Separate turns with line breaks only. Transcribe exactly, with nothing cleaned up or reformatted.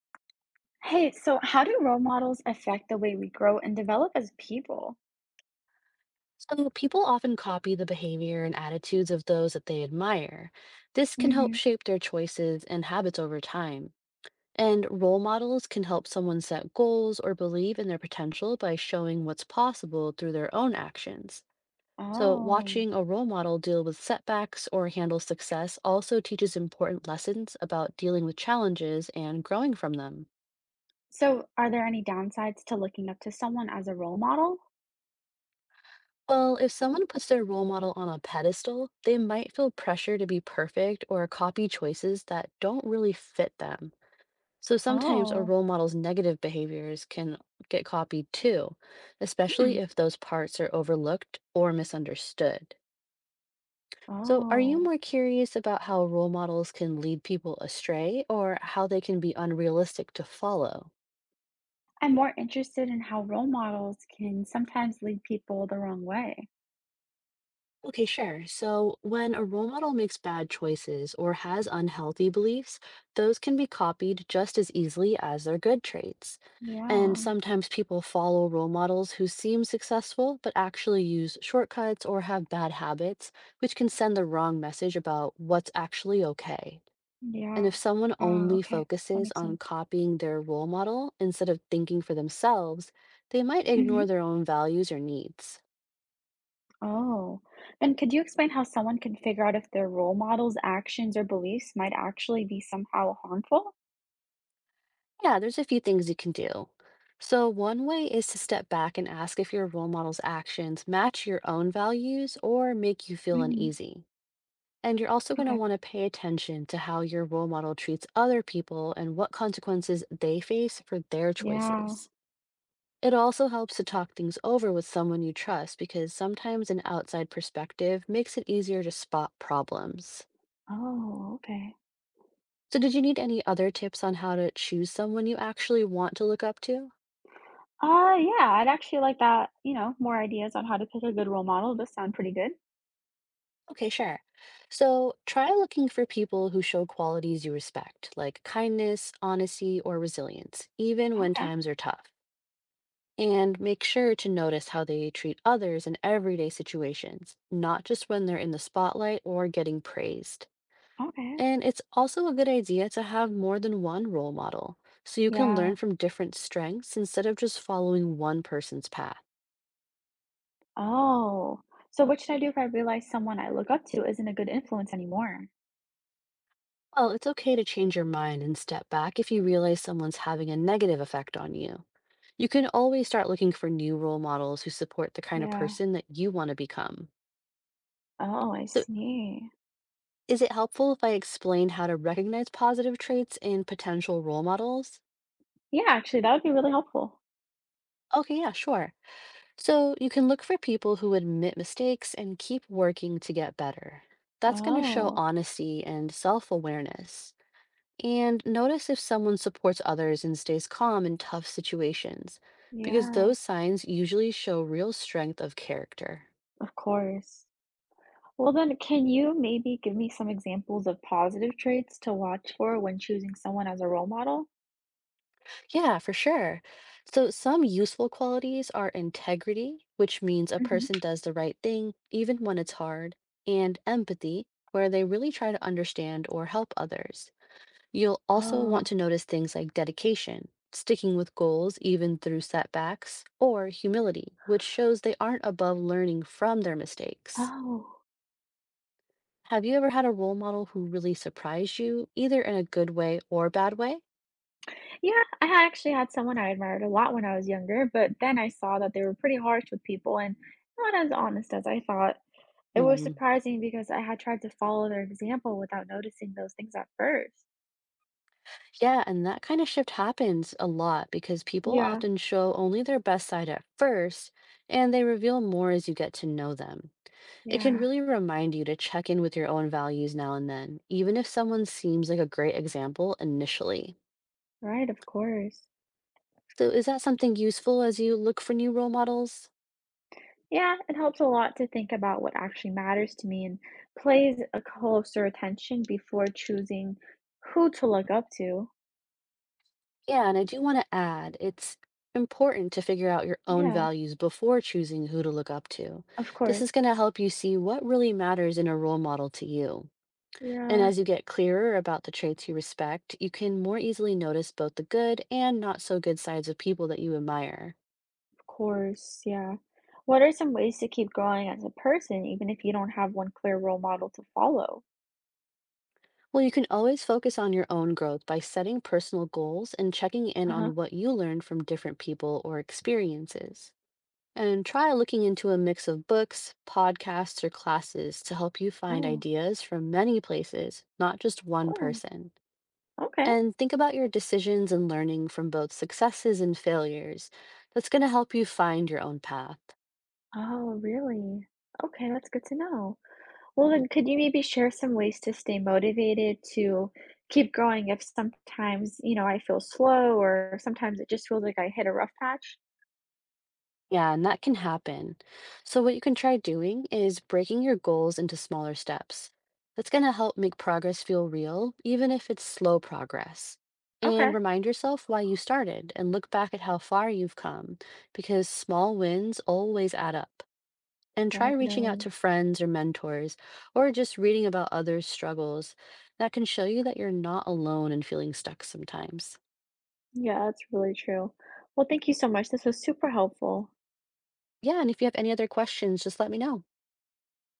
Hey, so how do role models affect the way we grow and develop as people?
So, people often copy the behavior and attitudes of those that they admire. This can help
Hmm.
shape their choices and habits over time. And role models can help someone set goals or believe in their potential by showing what's possible through their own actions. So,
Oh,
watching a role model deal with setbacks or handle success also teaches important lessons about dealing with challenges and growing from them.
so are there any downsides to looking up to someone as a role model?
Well, if someone puts their role model on a pedestal, they might feel pressure to be perfect or copy choices that don't really fit them. So sometimes a
Oh.
role model's negative behaviors can get copied too,
Hmm.
especially if those parts are overlooked or misunderstood. So, are you
Oh,
more curious about how role models can lead people astray or how they can be unrealistic to follow?
I'm more interested in how role models can sometimes lead people the wrong way.
Okay, sure. So when a role model makes bad choices or has unhealthy beliefs, those can be copied just as easily as their good traits. And
Yeah.
sometimes people follow role models who seem successful but actually use shortcuts or have bad habits, which can send the wrong message about what's actually okay. And
Yeah.
if someone
Ah,
only
okay. That
focuses
makes
on
sense.
copying their role model instead of thinking for themselves, they might
Hmm.
ignore their own values or needs.
Oh, then could you explain how someone can figure out if their role model's actions or beliefs might actually be somehow harmful?
Yeah, there's a few things you can do. So, one way is to step back and ask if your role model's actions match your own values or make you feel
Hmm.
uneasy. And you're also going to
Okay.
want to pay attention to how your role model treats other people and what consequences they face for their
Yeah.
choices. It also helps to talk things over with someone you trust because sometimes an outside perspective makes it easier to spot problems.
Oh, okay.
So, did you need any other tips on how to choose someone you actually want to look up to?
Uh, yeah, I'd actually like that, you know, more ideas on how to pick a good role model. Those sound pretty good.
Okay, sure. So try looking for people who show qualities you respect, like kindness, honesty, or resilience, even when
Okay.
times are tough. And make sure to notice how they treat others in everyday situations, not just when they're in the spotlight or getting praised.
Okay.
And it's also a good idea to have more than one role model, so you can
Yeah.
learn from different strengths instead of just following one person's path.
Oh. So what should I do if I realize someone I look up to isn't a good influence anymore?
Well, it's okay to change your mind and step back if you realize someone's having a negative effect on you. You can always start looking for new role models who support the kind of
Yeah.
person that you want to become.
Oh, I
So,
see.
is it helpful if I explain how to recognize positive traits in potential role models?
Yeah, actually, that would be really helpful.
Okay, yeah, sure. So, you can look for people who admit mistakes and keep working to get better. That's going to show
Oh,
honesty and self awareness. And notice if someone supports others and stays calm in tough situations, because
yeah,
those signs usually show real strength of character.
of course. Well, then, can you maybe give me some examples of positive traits to watch for when choosing someone as a role model?
Yeah, for sure. So, some useful qualities are integrity, which means a
Hmm.
person does the right thing even when it's hard, and empathy, where they really try to understand or help others. You'll also want
Oh,
to notice things like dedication, sticking with goals even through setbacks, or humility, which shows they aren't above learning from their mistakes.
oh.
Have you ever had a role model who really surprised you, either in a good way or bad way?
Yeah, I had actually had someone I admired a lot when I was younger, but then I saw that they were pretty harsh with people and not as honest as I thought. It was
Hmm.
surprising because I had tried to follow their example without noticing those things at first.
Yeah, and that kind of shift happens a lot because people
Yeah,
often show only their best side at first, and they reveal more as you get to know them. It can
yeah,
really remind you to check in with your own values now and then, even if someone seems like a great example initially.
right, of course.
So, is that something useful as you look for new role models?
Yeah, it helps a lot to think about what actually matters to me and plays a closer attention before choosing who to look up to.
Yeah, and I do want to add it's important to figure out your own
Yeah,
values before choosing who to look up to.
of
This is
course.
going to help you see what really matters in a role model to you. And
Yeah.
as you get clearer about the traits you respect, you can more easily notice both the good and not so good sides of people that you admire.
Course, yeah. What are some ways to keep growing as a person, even if you don't have one clear role model to follow?
Well, you can always focus on your own growth by setting personal goals and checking in
Uh-huh.
on what you learned from different people or experiences. And try looking into a mix of books, podcasts, or classes to help you find
Oh,
ideas from many places, not just one
oh,
person.
okay.
And think about your decisions and learning from both successes and failures. That's going to help you find your own path.
Oh, really? Okay, that's good to know. Well,
Mhm.
then, could you maybe share some ways to stay motivated to keep growing if sometimes, you know, I feel slow or sometimes it just feels like I hit a rough patch?
Yeah, and that can happen. So, what you can try doing is breaking your goals into smaller steps. That's going to help make progress feel real, even if it's slow progress. And
Okay.
remind yourself why you started and look back at how far you've come, because small wins always add up. And try reaching out to
Definitely.
friends or mentors, or just reading about others' struggles. That can show you that you're not alone and feeling stuck sometimes.
Yeah, that's really true. Well, thank you so much. This was super helpful.
Yeah, and if you have any other questions, just let me know.